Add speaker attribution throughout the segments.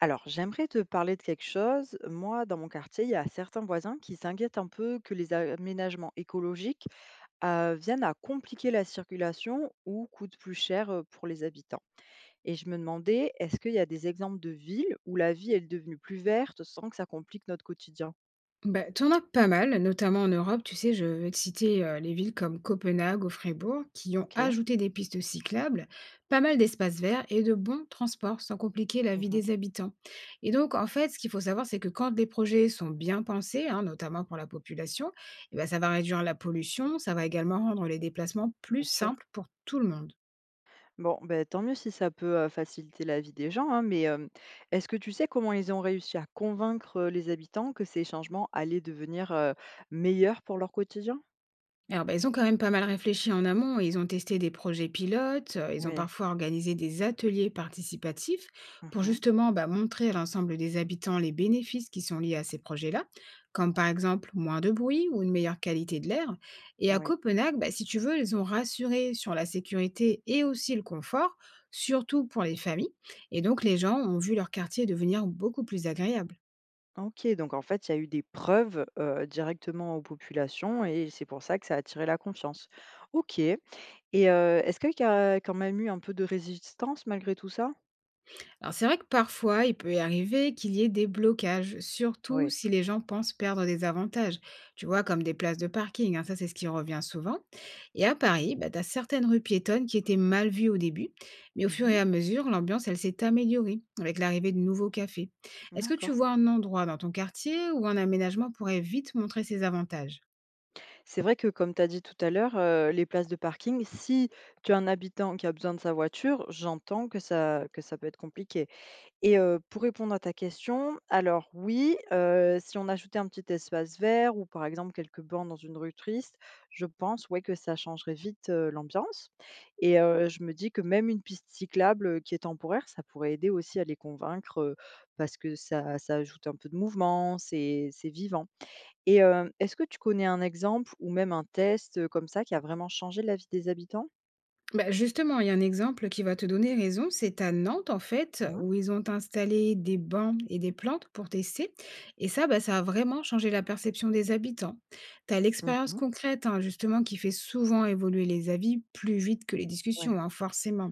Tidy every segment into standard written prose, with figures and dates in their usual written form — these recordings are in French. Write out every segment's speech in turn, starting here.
Speaker 1: Alors, j'aimerais te parler de quelque chose. Moi, dans mon quartier, il y a certains voisins qui s'inquiètent un peu que les aménagements écologiques viennent à compliquer la circulation ou coûtent plus cher pour les habitants. Et je me demandais, est-ce qu'il y a des exemples de villes où la vie est devenue plus verte sans que ça complique notre quotidien?
Speaker 2: Bah, tu en as pas mal, notamment en Europe. Tu sais, je vais te citer les villes comme Copenhague ou Fribourg qui ont
Speaker 1: Ok.
Speaker 2: ajouté des pistes cyclables, pas mal d'espaces verts et de bons transports sans compliquer la vie
Speaker 1: Mhm.
Speaker 2: des habitants. Et donc, en fait, ce qu'il faut savoir, c'est que quand des projets sont bien pensés, hein, notamment pour la population, eh ben, ça va réduire la pollution, ça va également rendre les déplacements
Speaker 1: Bien
Speaker 2: plus
Speaker 1: sûr.
Speaker 2: simples pour tout le monde.
Speaker 1: Bon, ben, tant mieux si ça peut faciliter la vie des gens, hein, mais est-ce que tu sais comment ils ont réussi à convaincre les habitants que ces changements allaient devenir meilleurs pour leur quotidien?
Speaker 2: Alors, bah, ils ont quand même pas mal réfléchi en amont ils ont testé des projets pilotes, ils ont
Speaker 1: Ouais.
Speaker 2: parfois organisé des ateliers participatifs
Speaker 1: Mmh
Speaker 2: pour
Speaker 1: mh.
Speaker 2: justement bah, montrer à l'ensemble des habitants les bénéfices qui sont liés à ces projets-là, comme par exemple moins de bruit ou une meilleure qualité de l'air. Et à
Speaker 1: Ouais.
Speaker 2: Copenhague, bah, si tu veux, ils ont rassuré sur la sécurité et aussi le confort, surtout pour les familles. Et donc, les gens ont vu leur quartier devenir beaucoup plus agréable.
Speaker 1: OK, donc en fait, il y a eu des preuves, directement aux populations et c'est pour ça que ça a attiré la confiance. OK. Et est-ce qu'il y a quand même eu un peu de résistance malgré tout ça?
Speaker 2: Alors c'est vrai que parfois, il peut y arriver qu'il y ait des blocages, surtout
Speaker 1: Oui.
Speaker 2: si les gens pensent perdre des avantages, tu vois, comme des places de parking, hein, ça c'est ce qui revient souvent. Et à Paris, bah, tu as certaines rues piétonnes qui étaient mal vues au début, mais au fur et
Speaker 1: Mmh.
Speaker 2: à mesure, l'ambiance, elle s'est améliorée avec l'arrivée de nouveaux cafés. Est-ce que tu
Speaker 1: D'accord.
Speaker 2: vois un endroit dans ton quartier où un aménagement pourrait vite montrer ses avantages?
Speaker 1: C'est vrai que comme tu as dit tout à l'heure, les places de parking, si tu as un habitant qui a besoin de sa voiture, j'entends que ça peut être compliqué. Et pour répondre à ta question, alors oui, si on ajoutait un petit espace vert ou par exemple quelques bancs dans une rue triste, je pense, ouais, que ça changerait vite, l'ambiance. Et je me dis que même une piste cyclable, qui est temporaire, ça pourrait aider aussi à les convaincre, parce que ça ajoute un peu de mouvement, c'est vivant. Et est-ce que tu connais un exemple ou même un test, comme ça qui a vraiment changé la vie des habitants?
Speaker 2: Bah, justement, il y a un exemple qui va te donner raison, c'est à Nantes en fait,
Speaker 1: Mmh mh.
Speaker 2: où ils ont installé des bancs et des plantes pour tester. Et ça, bah, ça a vraiment changé la perception des habitants. Tu as l'expérience
Speaker 1: Mmh
Speaker 2: concrète, hein, justement, qui fait souvent évoluer les avis plus vite que les discussions, hein, forcément.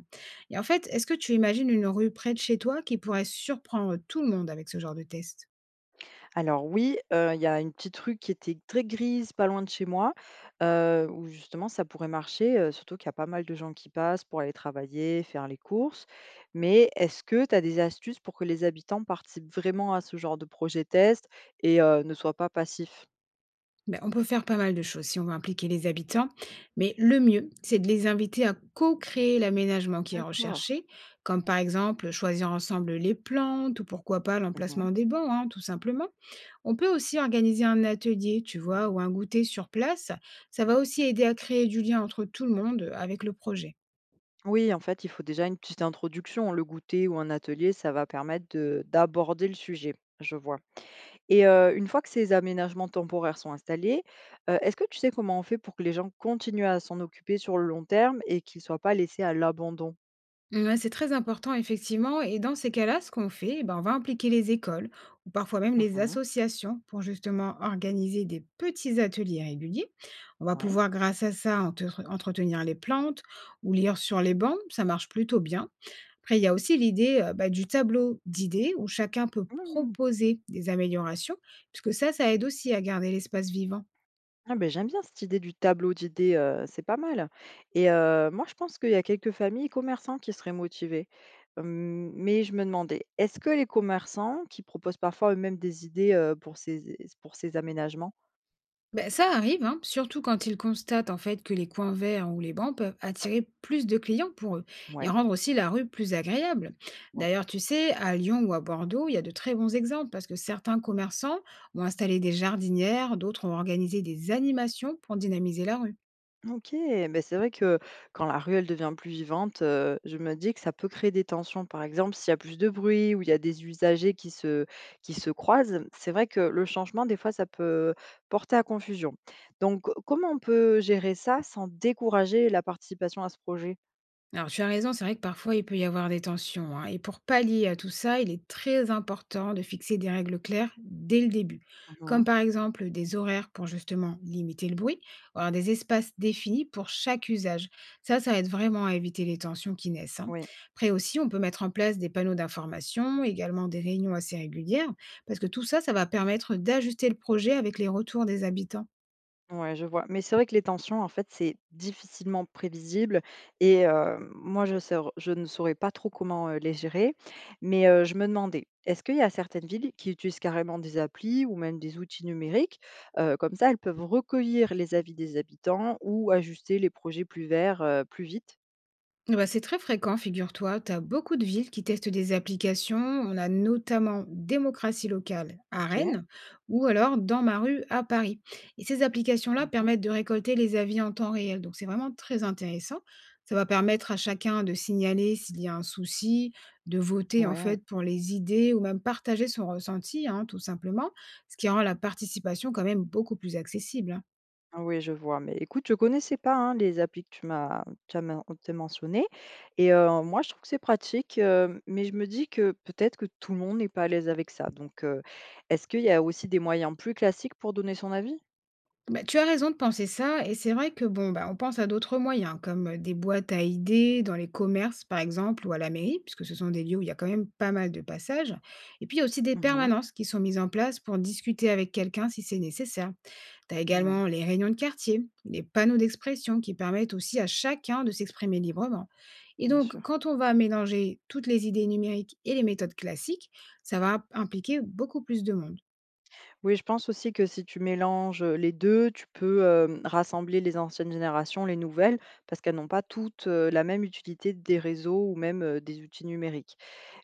Speaker 2: Et en fait, est-ce que tu imagines une rue près de chez toi qui pourrait surprendre tout le monde avec ce genre de test?
Speaker 1: Alors oui, il y a une petite rue qui était très grise, pas loin de chez moi, où justement ça pourrait marcher, surtout qu'il y a pas mal de gens qui passent pour aller travailler, faire les courses. Mais est-ce que tu as des astuces pour que les habitants participent vraiment à ce genre de projet test et ne soient pas passifs?
Speaker 2: Ben, on peut faire pas mal de choses si on veut impliquer les habitants, mais le mieux, c'est de les inviter à co-créer l'aménagement qui est
Speaker 1: D'accord.
Speaker 2: recherché, comme par exemple choisir ensemble les plantes ou pourquoi pas
Speaker 1: Mmh.
Speaker 2: l'emplacement des bancs, hein, tout simplement. On peut aussi organiser un atelier, tu vois, ou un goûter sur place. Ça va aussi aider à créer du lien entre tout le monde avec le projet.
Speaker 1: Oui, en fait, il faut déjà une petite introduction. Le goûter ou un atelier, ça va permettre de d'aborder le sujet. Je vois. Et une fois que ces aménagements temporaires sont installés, est-ce que tu sais comment on fait pour que les gens continuent à s'en occuper sur le long terme et qu'ils ne soient pas laissés à l'abandon?
Speaker 2: Ouais, c'est très important, effectivement. Et dans ces cas-là, ce qu'on fait, eh ben, on va impliquer les écoles ou parfois même les
Speaker 1: Mmh.
Speaker 2: associations pour justement organiser des petits ateliers réguliers. On va
Speaker 1: Ouais.
Speaker 2: pouvoir, grâce à ça, entretenir les plantes ou lire sur les bancs. Ça marche plutôt bien. Après, il y a aussi l'idée bah, du tableau d'idées où chacun peut
Speaker 1: Mmh.
Speaker 2: proposer des améliorations, puisque ça, ça aide aussi à garder l'espace vivant.
Speaker 1: Ah ben j'aime bien cette idée du tableau d'idées, c'est pas mal. Et moi je pense qu'il y a quelques familles et commerçants qui seraient motivés. Mais je me demandais, est-ce que les commerçants qui proposent parfois eux-mêmes des idées, pour ces aménagements?
Speaker 2: Ben, ça arrive, hein, surtout quand ils constatent en fait que les coins verts ou les bancs peuvent attirer plus de clients pour eux et
Speaker 1: Ouais.
Speaker 2: rendre aussi la rue plus agréable.
Speaker 1: Ouais.
Speaker 2: D'ailleurs, tu sais, à Lyon ou à Bordeaux, il y a de très bons exemples parce que certains commerçants ont installé des jardinières, d'autres ont organisé des animations pour dynamiser la rue.
Speaker 1: OK, mais c'est vrai que quand la ruelle devient plus vivante, je me dis que ça peut créer des tensions. Par exemple, s'il y a plus de bruit ou il y a des usagers qui se croisent, c'est vrai que le changement, des fois, ça peut porter à confusion. Donc, comment on peut gérer ça sans décourager la participation à ce projet?
Speaker 2: Alors, tu as raison, c'est vrai que parfois il peut y avoir des tensions, hein. Et pour pallier à tout ça, il est très important de fixer des règles claires dès le début, comme
Speaker 1: Mmh.
Speaker 2: par exemple des horaires pour justement limiter le bruit, ou alors des espaces définis pour chaque usage. Ça aide vraiment à éviter les tensions qui naissent, hein.
Speaker 1: Oui.
Speaker 2: Après aussi, on peut mettre en place des panneaux d'information, également des réunions assez régulières, parce que tout ça, ça va permettre d'ajuster le projet avec les retours des habitants.
Speaker 1: Ouais, je vois. Mais c'est vrai que les tensions, en fait, c'est difficilement prévisible et moi, je ne saurais pas trop comment, les gérer. Mais je me demandais, est-ce qu'il y a certaines villes qui utilisent carrément des applis ou même des outils numériques? Comme ça, elles peuvent recueillir les avis des habitants ou ajuster les projets plus verts, plus vite?
Speaker 2: Eh bah, c'est très fréquent, figure-toi. Tu as beaucoup de villes qui testent des applications. On a notamment Démocratie locale à
Speaker 1: OK.
Speaker 2: Rennes ou alors Dans ma rue à Paris. Et ces applications-là
Speaker 1: Mmh.
Speaker 2: permettent de récolter les avis en temps réel. Donc c'est vraiment très intéressant. Ça va permettre à chacun de signaler s'il y a un souci, de voter en
Speaker 1: Ouais.
Speaker 2: fait pour les idées ou même partager son ressenti, hein, tout simplement, ce qui rend la participation quand même beaucoup plus accessible, hein.
Speaker 1: Ah oui, je vois, mais écoute, je connaissais pas, hein, les applis que tu as mentionnées. Et moi, je trouve que c'est pratique, mais je me dis que peut-être que tout le monde n'est pas à l'aise avec ça, donc est-ce qu'il y a aussi des moyens plus classiques pour donner son avis?
Speaker 2: Bah, tu as raison de penser ça, et c'est vrai que bon, bah, on pense à d'autres moyens, comme des boîtes à idées dans les commerces, par exemple, ou à la mairie, puisque ce sont des lieux où il y a quand même pas mal de passages. Et puis, il y a aussi des
Speaker 1: Mmh.
Speaker 2: permanences qui sont mises en place pour discuter avec quelqu'un si c'est nécessaire. Tu as
Speaker 1: Oui,
Speaker 2: également les réunions de quartier, les panneaux d'expression qui permettent aussi à chacun de s'exprimer librement. Et
Speaker 1: bien
Speaker 2: donc,
Speaker 1: sûr.
Speaker 2: quand on va mélanger toutes les idées numériques et les méthodes classiques, ça va impliquer beaucoup plus de monde.
Speaker 1: Oui, je pense aussi que si tu mélanges les 2, tu peux, rassembler les anciennes générations, les nouvelles, parce qu'elles n'ont pas toutes, la même utilité des réseaux ou même, des outils numériques.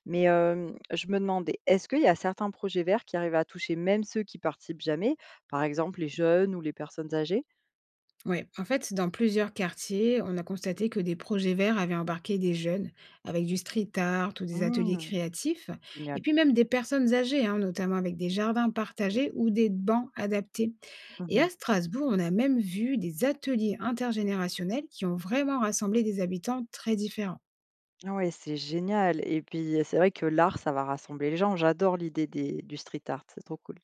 Speaker 1: Mais je me demandais, est-ce qu'il y a certains projets verts qui arrivent à toucher même ceux qui participent jamais? Par exemple, les jeunes ou les personnes âgées?
Speaker 2: Oui, en fait, dans plusieurs quartiers, on a constaté que des projets verts avaient embarqué des jeunes avec du street art ou des ateliers
Speaker 1: Mmh,
Speaker 2: créatifs, et
Speaker 1: génial.
Speaker 2: puis même des personnes âgées, hein, notamment avec des jardins partagés ou des bancs adaptés. Et
Speaker 1: Mmh.
Speaker 2: à Strasbourg, on a même vu des ateliers intergénérationnels qui ont vraiment rassemblé des habitants très différents.
Speaker 1: Ah ouais, c'est génial, et puis, c'est vrai que l'art, ça va rassembler les gens. J'adore l'idée des du street art, c'est trop cool.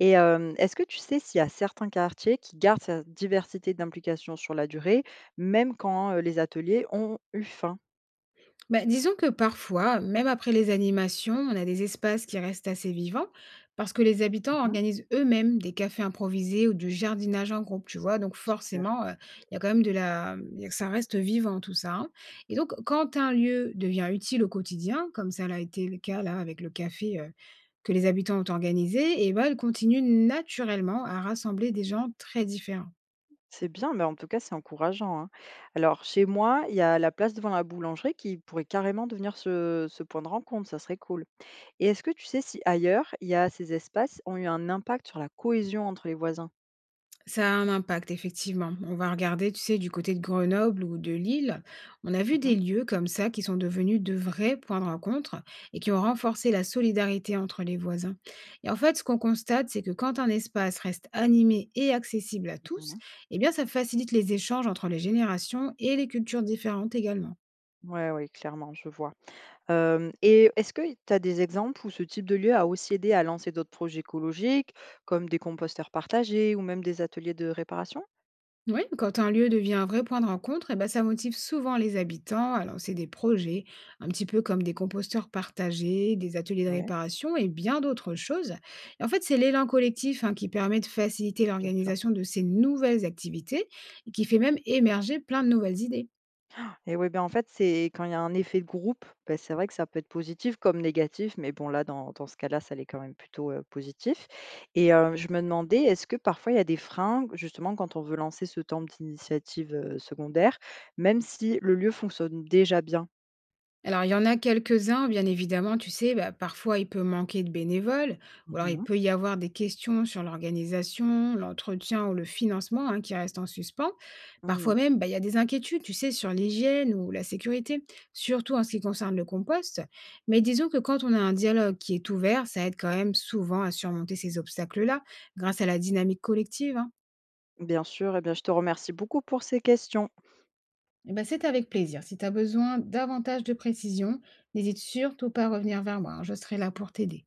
Speaker 1: Et est-ce que tu sais s'il y a certains quartiers qui gardent cette diversité d'implication sur la durée, même quand, les ateliers ont eu fin?
Speaker 2: Bah, disons que parfois, même après les animations, on a des espaces qui restent assez vivants parce que les habitants
Speaker 1: Mmh.
Speaker 2: organisent eux-mêmes des cafés improvisés ou du jardinage en groupe, tu vois. Donc
Speaker 1: Super.
Speaker 2: forcément, il y a quand même de la... ça reste vivant tout ça, hein. Et donc, quand un lieu devient utile au quotidien, comme ça l'a été le cas là avec le café que les habitants ont organisé, et ben, il continue naturellement à rassembler des gens très différents.
Speaker 1: C'est bien, mais en tout cas, c'est encourageant, hein. Alors, chez moi, il y a la place devant la boulangerie qui pourrait carrément devenir ce point de rencontre, ça serait cool. Et est-ce que tu sais si ailleurs, il y a ces espaces ont eu un impact sur la cohésion entre les voisins?
Speaker 2: Ça a un impact, effectivement. On va regarder, tu sais, du côté de Grenoble ou de Lille, on a vu
Speaker 1: Mhm,
Speaker 2: des lieux comme ça qui sont devenus de vrais points de rencontre et qui ont renforcé la solidarité entre les voisins. Et en fait, ce qu'on constate, c'est que quand un espace reste animé et accessible à tous,
Speaker 1: mhm.
Speaker 2: eh bien, ça facilite les échanges entre les générations et les cultures différentes également.
Speaker 1: Ouais, oui, clairement, je vois. Et est-ce que tu as des exemples où ce type de lieu a aussi aidé à lancer d'autres projets écologiques, comme des composteurs partagés ou même des ateliers de réparation?
Speaker 2: Oui, quand un lieu devient un vrai point de rencontre, eh ben, ça motive souvent les habitants à lancer des projets, un petit peu comme des composteurs partagés, des ateliers de
Speaker 1: Ouais,
Speaker 2: réparation et bien d'autres choses. Et en fait, c'est l'élan collectif hein, qui permet de faciliter
Speaker 1: bien sûr.
Speaker 2: l'organisation de ces nouvelles activités et qui fait même émerger plein de nouvelles idées.
Speaker 1: Et oui, ben, en fait, c'est quand il y a un effet de groupe, bah, c'est vrai que ça peut être positif comme négatif, mais bon, là, dans ce cas-là, ça l'est quand même plutôt positif. Et je me demandais, est-ce que parfois il y a des freins, justement, quand on veut lancer ce temps d'initiative secondaire, même si le lieu fonctionne déjà bien?
Speaker 2: Alors, il y en a quelques-uns, bien évidemment, tu sais, bah, parfois il peut manquer de bénévoles, ou alors il
Speaker 1: Mhm.
Speaker 2: peut y avoir des questions sur l'organisation, l'entretien ou le financement hein, qui restent en suspens.
Speaker 1: Mhm.
Speaker 2: Parfois même, bah, il y a des inquiétudes, tu sais, sur l'hygiène ou la sécurité, surtout en ce qui concerne le compost. Mais disons que quand on a un dialogue qui est ouvert, ça aide quand même souvent à surmonter ces obstacles-là, grâce à la dynamique collective, hein.
Speaker 1: Bien sûr, eh bien, je te remercie beaucoup pour ces questions.
Speaker 2: Eh ben, c'est avec plaisir. Si tu as besoin davantage de précision, n'hésite surtout pas à revenir vers moi, hein, Je serai là pour t'aider.